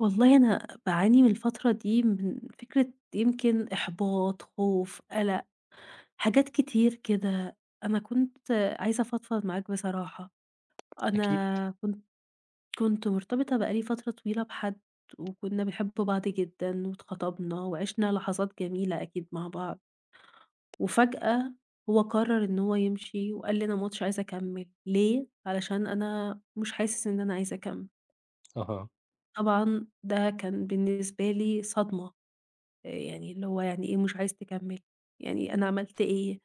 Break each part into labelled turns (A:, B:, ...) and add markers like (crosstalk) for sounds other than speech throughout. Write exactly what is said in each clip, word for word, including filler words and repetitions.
A: والله أنا باعاني من الفترة دي من فكرة يمكن إحباط، خوف، قلق، حاجات كتير كده. أنا كنت عايزة أفضفض معاك بصراحة.
B: أكيد.
A: أنا كنت كنت مرتبطة بقى لي فترة طويلة بحد، وكنا بنحب بعض جدًا واتخطبنا وعِشنا لحظات جميلة أكيد مع بعض، وفجأة هو قرر إن هو يمشي وقال لي: "أنا ما عُدتش عايز أكمّل." ليه؟ علشان أنا مش حاسس إن أنا عايز أكمّل.
B: أها،
A: طبعًا ده كان بالنسبة لي صدمة. آآ يعني اللي هو يعني إيه مش عايز تكمّل، يعني أنا عملت إيه؟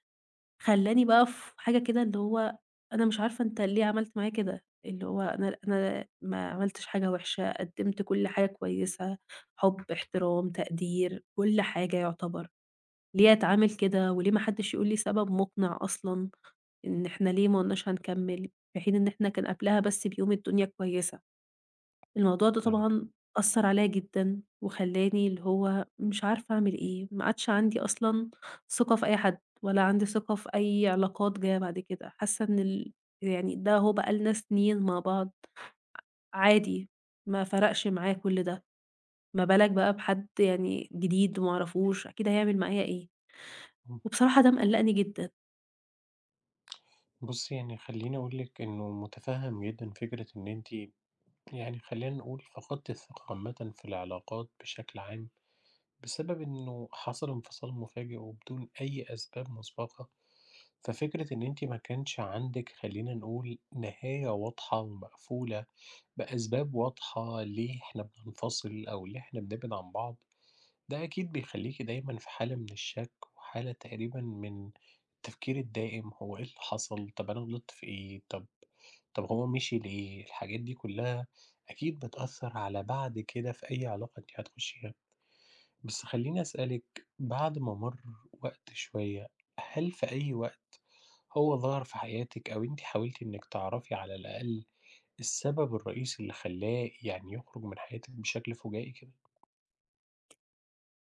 A: خلّاني بقى في حاجة كده اللي هو أنا مش عارفة أنت ليه عملت معايا كده، اللي هو أنا أنا ما عملتش حاجة وحشة، قدّمت كل حاجة كويسة، حُب، احترام، تقدير، كل حاجة يعتبر، ليه أتعامل كده وليه ما حدّش يقول لي سبب مقنع أصلًا إن إحنا ليه ما قُلناش هنكمّل، في حين إن إحنا كان قبلها بس بيوم الدنيا كويسة. الموضوع ده
B: فاهمِك.
A: طبعًا أثّر عليَّ جدًا، وخلّاني اللي هو مش عارفة أعمل إيه، ما عادش عندي أصلًا ثقة في أي حد، ولا عندي ثقة في أي علاقات جاية بعد كده، حاسة إن ال يعني ده أهو بقى لنا سنين مع بعض عادي، ما فرقش معايا كل ده، ما بالك بقى بحد يعني جديد ما أعرفوش، أكيد هيعمل معايا إيه؟
B: امم،
A: وبصراحة ده مقلّقني جدًا.
B: بُصّي يعني خلّيني أقول لِك إنه مُتفهّم جدًا فكرة إن أنتِ يعني خلّينا نقول فقدتِ الثقة عامةً في العلاقات بشكل عام، بسبب إنه حصل انفصال مفاجئ وبدون أي أسباب مسبقة، ففكرة إن أنتِ ما كانش عندِك خلّينا نقول نهاية واضحة ومقفولة بأسباب واضحة ليه إحنا بننفصل أو ليه إحنا بنبعد عن بعض. ده أكيد بيخلّيكِ دايمًا في حالة من الشك، وحالة تقريبًا من التفكير الدائم، هو إيه اللي حصل؟ طب أنا غلطت في إيه؟ طب طب هو مشي ليه؟ الحاجات دي كلّها أكيد بتأثّر على بعد كده في أي علاقة أنتِ هتخشيها. بس خلّيني أسألِك، بعد ما مَر وقت شوية، هل في أي وقت هو ظَهر في حياتِك أو أنتِ حاولتِ إنِّك تعرفي على الأقل السبب الرئيسي اللي خلّاه يعني يخرج من حياتِك بشكل فُجائي كده؟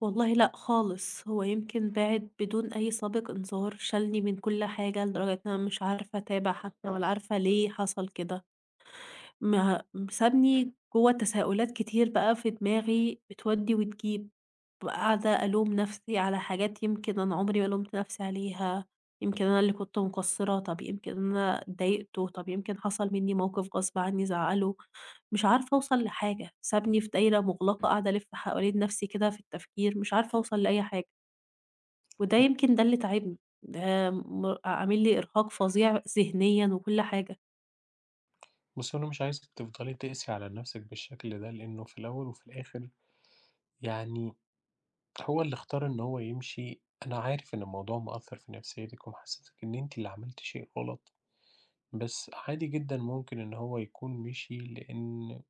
A: والله لأ خالص، هو يمكن بِعِد بدون أي سابق إنذار، شالني من كل حاجة لدرجة إن أنا مش عارفة أتابع حتى ولا عارفة ليه حصل كده. ما سابني جوّه تساؤلات كتير بقى في دماغي بتودّي وتجيب، قاعدة ألوم نفسي على حاجات يمكن أنا عمري ما لومت نفسي عليها، يمكن أنا اللي كنت مقصرة، طب يمكن أنا اتضايقته، طب يمكن حصل مني موقف غصب عني زعّله، مش عارفة أوصل لحاجة، سابني في دايرة مغلقة قاعدة ألِف حوالين نفسي كده في التفكير، مش عارفة أوصل لأي حاجة، وده يمكن ده اللي تاعبني، ده م عامل لي إرهاق فظيع ذهنيًا وكل حاجة.
B: بُصّي، هو أنا مش عايزِك تفضلي تقسي على نفسِك بالشكل ده، لإنه في الأول وفي الآخر يعني هو اللي اختار إن هو يمشي. أنا عارف إن الموضوع مأثّر في نفسيتِك ومحسسِك إن أنتِ اللي عملتِ شيء غلط، بس عادي جدًا ممكن إن هو يكون مشي لإن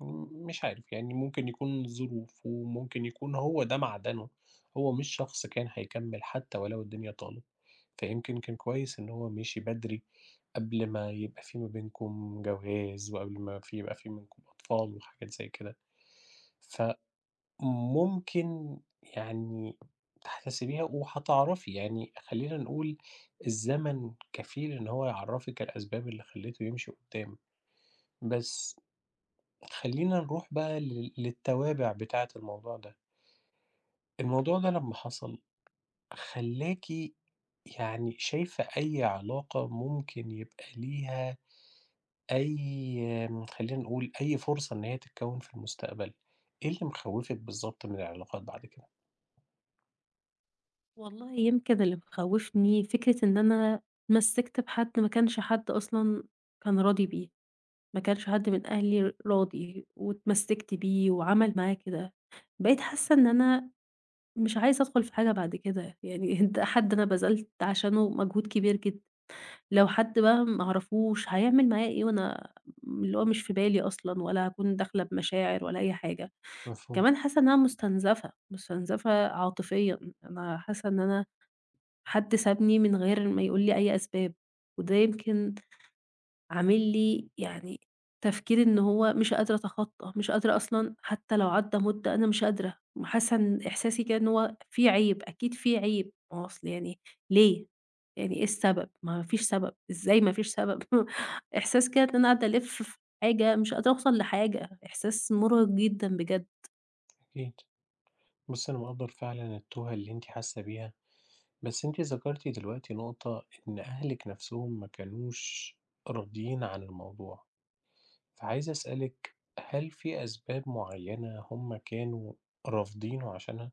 B: م مش عارف، يعني ممكن يكون ظروف، وممكن يكون هو ده معدنه، هو مش شخص كان هيكمّل حتى ولو الدنيا طالت، فيمكن كان كويس إن هو مشي بدري قبل ما يبقى في ما بينكم جواز، وقبل ما في يبقى في منكم أطفال وحاجات زي كده، فممكن يعني تحتسبيها وهتعرفي، يعني خلّينا نقول الزمن كفيل إن هو يعرّفِك الأسباب اللي خلّيته يمشي قدّام، بس خلّينا نروح بقى لل للتوابع بتاعة الموضوع ده، الموضوع ده لمّا حصل خلّاكِ يعني شايفة أي علاقة ممكن يبقى ليها أي آمم، خلّينا نقول أي فرصة إن هي تتكوّن في المستقبل، إيه اللي مخوّفِك بالضبط من العلاقات بعد كده؟
A: والله يمكن اللي مخوّفني فكرة إن أنا اتمسّكت بحد ما كانش حد أصلًا كان راضي بيه، ما كانش حد من أهلي راضي واتمسّكت بيه وعمل معايا كده، بقيت حاسة إن أنا مش عايزة أدخل في حاجة بعد كده، يعني (laughs) ده حد أنا بذلت عشانه مجهود كبير جدًا، لو حد بقى ما أعرفوش هيعمل معايا إيه وأنا اللي هو مش في بالي أصلًا ولا هاكون داخلة بمشاعر ولا أي حاجة،
B: مفهوم،
A: كمان حاسة إن أنا مستنزفة، مستنزفة عاطفيًا، أنا حاسة إن أنا حد سابني من غير ما يقول لي أي أسباب، وده يمكن عامل لي يعني تفكير إن هو مش قادرة أتخطى، مش قادرة أصلًا حتى لو عدّى مدة أنا مش قادرة، حاسة إن إحساسي كده إن هو في عيب، أكيد في عيب، ما هو أصل يعني ليه؟ يعني إيه السبب؟ ما فيش سبب، إزاي ما فيش سبب؟ (laughs) إحساس كده إن أنا قاعدة ألِف في حاجة مش قادرة أوصل لحاجة، إحساس مُرهق جدًا بجد.
B: أكيد. بُصّي، أنا مقدّر فعلًا التوهة اللي أنتِ حاسة بيها، بس أنتِ ذكرتِ دلوقتي نقطة إن أهلِك نَفْسهم ما كانوش راضيين عن الموضوع. فعايز أسألِك هل في أسباب معيّنة هم كانوا رافضينه عشانها؟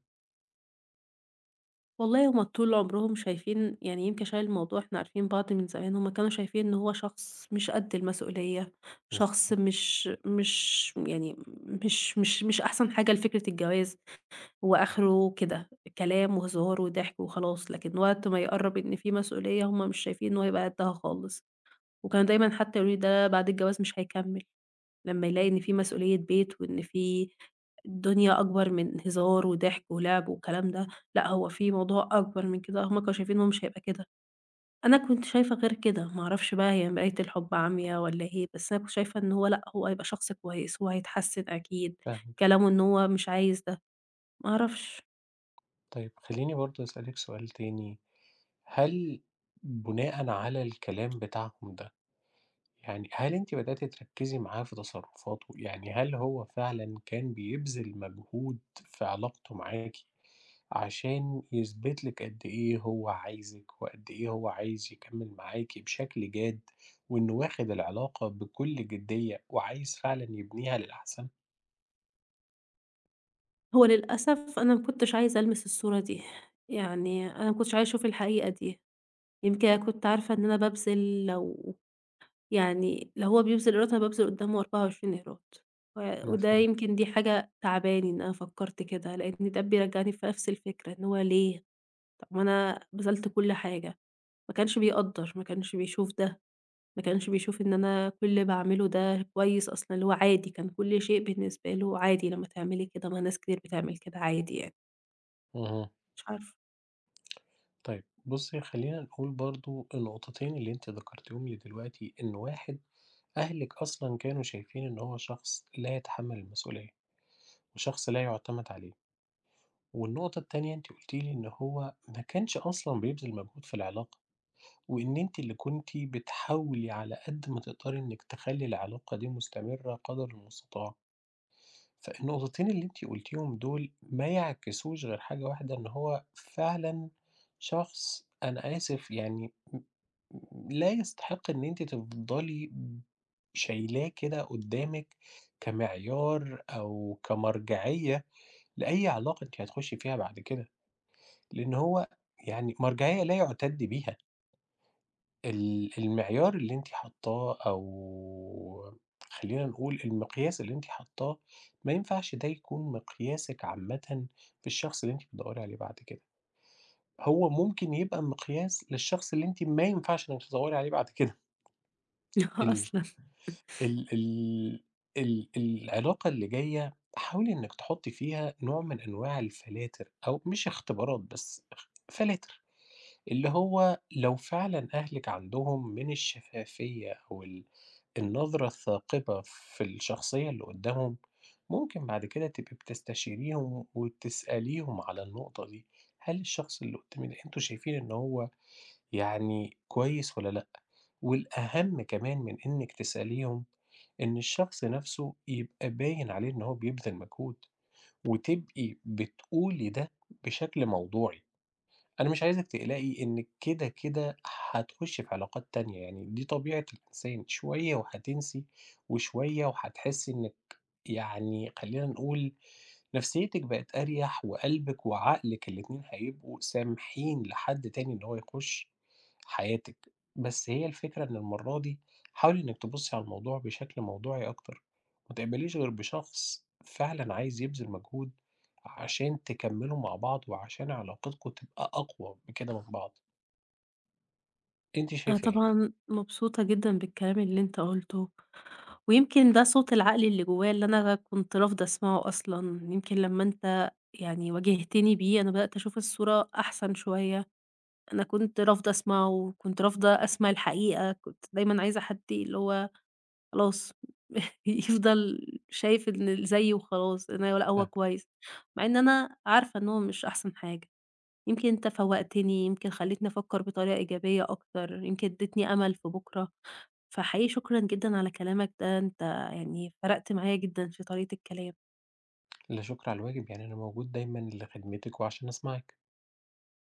A: والله هُم طول عمرهم شايفين يعني يمكن عشان الموضوع إحنا عارفين بعض من زمان، هُم كانوا شايفين إن هو شخص مش قد المسؤولية،
B: إمم،
A: شخص مش مش يعني مش مش مش أحسن حاجة لفكرة الجواز، هو آخره كده كلام وهزار وضحك وخلاص، لكن وقت ما يقرّب إن في مسؤولية هُم مش شايفين إن هو هيبقى قدها خالص، وكانوا دايمًا حتى يقولوا لي ده بعد الجواز مش هيكمّل. لمّا يلاقي إن في مسؤولية بيت، وإن في الدنيا أكبر من هزار وضحك ولعب والكلام ده، لأ هو في موضوع أكبر من كده، هُم كانوا شايفين إن هو مش هيبقى كده، أنا كنت شايفة غير كده، ما أعرفش بقى هي مراية الحب عميا والّا إيه، بس أنا كنت شايفة إن هو لأ، هو هيبقى شخص كويس، هو هيتحسن أكيد،
B: فاهمِك.
A: كلامه إن هو مش عايز ده، ما أعرفش.
B: طيب خلّيني برضه أسألِك سؤال تاني، هل بناءً على الكلام بتاعهم ده يعني هل أنتِ بدأتِ تركّزي معاه في تصرفاته؟ يعني هل هو فعلًا كان بيبذل مجهود في علاقته معاكِ عشان يثبت لِك قد إيه هو عايزِك، وقد إيه هو عايز يكمّل معاكِ بشكل جاد، وإنه واخد العلاقة بكل جدية وعايز فعلًا يبنيها للأحسن؟
A: هو للأسف أنا ما كنتش عايزة ألمس الصورة دي، يعني أنا ما كنتش عايزة أشوف الحقيقة دي، يمكن أنا كنت عارفة إن أنا بابذل لو يعني لا هو بيبذل إيرادات، أنا بابذل قدّامه أربعة وعشرين إيراد، و وده
B: مفهوم.
A: يمكن دي حاجة تعباني إن أنا فكّرت كده، لإن ده بيرجّعني في نفس الفكرة، إن هو ليه؟ طب ما أنا بذلت كل حاجة، ما كانش بيقدّر، ما كانش بيشوف ده، ما كانش بيشوف إن أنا كل اللي باعمله ده كويس أصلًا، اللي هو عادي، كان كل شيء بالنسبة له عادي، لمّا تعملي كده ما ناس كتير بتعمل كده عادي يعني،
B: اهم.
A: مش عارفة
B: طيب بُصّي، خلّينا نقول برضه النقطتين اللي أنتِ ذكرتيهم لي دلوقتي، إن واحد أهلِك أصلًا كانوا شايفين إن هو شخص لا يتحمّل المسؤولية. وشخص لا يُعتمد عليه. والنقطة التانية أنتِ قُلتِ لي إن هو ما كانش أصلًا بيبذل مجهود في العلاقة، وإن أنتِ اللي كنتِ بتحاولي على قد ما تقدري إنِّك تخلّي العلاقة دي مستمرة قدر المستطاع. فالنقطتين اللي أنتِ قُلتيهم دول ما يعكسوش غير حاجة واحدة، إن هو فعلًا شخص أنا آسف يعني م م لا يستحق إن أنتِ تفضلي شايلاه كده قدّامِك كمعيار أو كمرجعية لأي علاقة أنتِ هتخشي فيها بعد كده، لإن هو يعني مرجعية لا يُعتَد بيها، ال المعيار اللي أنتِ حاطاه أو خلّينا نقول المقياس اللي أنتِ حاطاه، ما ينفعش ده يكون مقياسِك عامةً في الشخص اللي أنتِ بتدوّري عليه بعد كده، هو ممكن يبقى مقياس للشخص اللي أنتِ ما ينفعش إنِّك تدوّري عليه بعد كده،
A: (laughs)
B: ال
A: أصلًا.
B: ال ال ال العلاقة اللي جاية حاولي إنِّك تحطّي فيها نوع من أنواع الفلاتر أو مش اختبارات بس، اخ فلاتر. اللي هو لو فعلًا أهلِك عندهم من الشفافية أو ال النظرة الثاقبة في الشخصية اللي قدّامهم، ممكن بعد كده تبقي بتستشيريهم وتسأليهم على النقطة دي، هل الشخص اللي قدّامي ده أنتم شايفين إن هو يعني كويس والّا لأ؟ والأهم كمان من إنِّك تسأليهم، إن الشخص نَفْسه يبقى باين عليه إن هو بيبذل مجهود، وتبقي بتقولي ده بشكل موضوعي. أنا مش عايزِك تقلقي إنِّك كده، كده هتخُشّي في علاقات تانية، يعني دي طبيعة الإنسان، شوية وهتنسي، وشوية وهتحسّي إنِّك يعني خلّينا نقول نفسيّتِك بقت أريح وقلبِك وعقلِك الاتنين هيبقوا سامحين لحد تاني إن هو يخُش حياتِك. بس هي الفكرة إن المرّة دي حاولي إنِّك تبُصّي على الموضوع بشكل موضوعي أكتر، ما تقبليش غير بشخص فعلًا عايز يبذل مجهود عشان تكمّلوا مع بعض وعشان علاقتكم تبقى أقوى بكده من بعض، أنتِ
A: أنا
B: شايفة إيه؟
A: طبعًا مبسوطة جدًا بالكلام اللي أنت قُلته. ويمكن ده صوت العقل اللي جوايا اللي أنا كنت رافضة أسمعه أصلًا، يمكن لمّا أنت يعني واجهتني بيه أنا بدأت أشوف الصورة أحسن شوية، أنا كنت رافضة أسمعه وكنت رافضة أسمع الحقيقة، كنت دايمًا عايزة حد اللي هو خلاص (laughs) يفضل شايف إن اللي زيي وخلاص، أنا لأ هو
B: ها،
A: كويس، مع إن أنا عارفة إن هو مش أحسن حاجة. يمكن أنت فوّقتني، يمكن خلّيتني أفكّر بطريقة إيجابية أكتر، يمكن ادّيتني أمل في بُكرة، فحقيقي شكرًا جدًا على كلامك ده، أنت يعني فرقت معايا جدًا في طريقة الكلام.
B: لا شُكر على الواجب، يعني أنا موجود دايمًا لخدمتِك وعشان أسمعِك.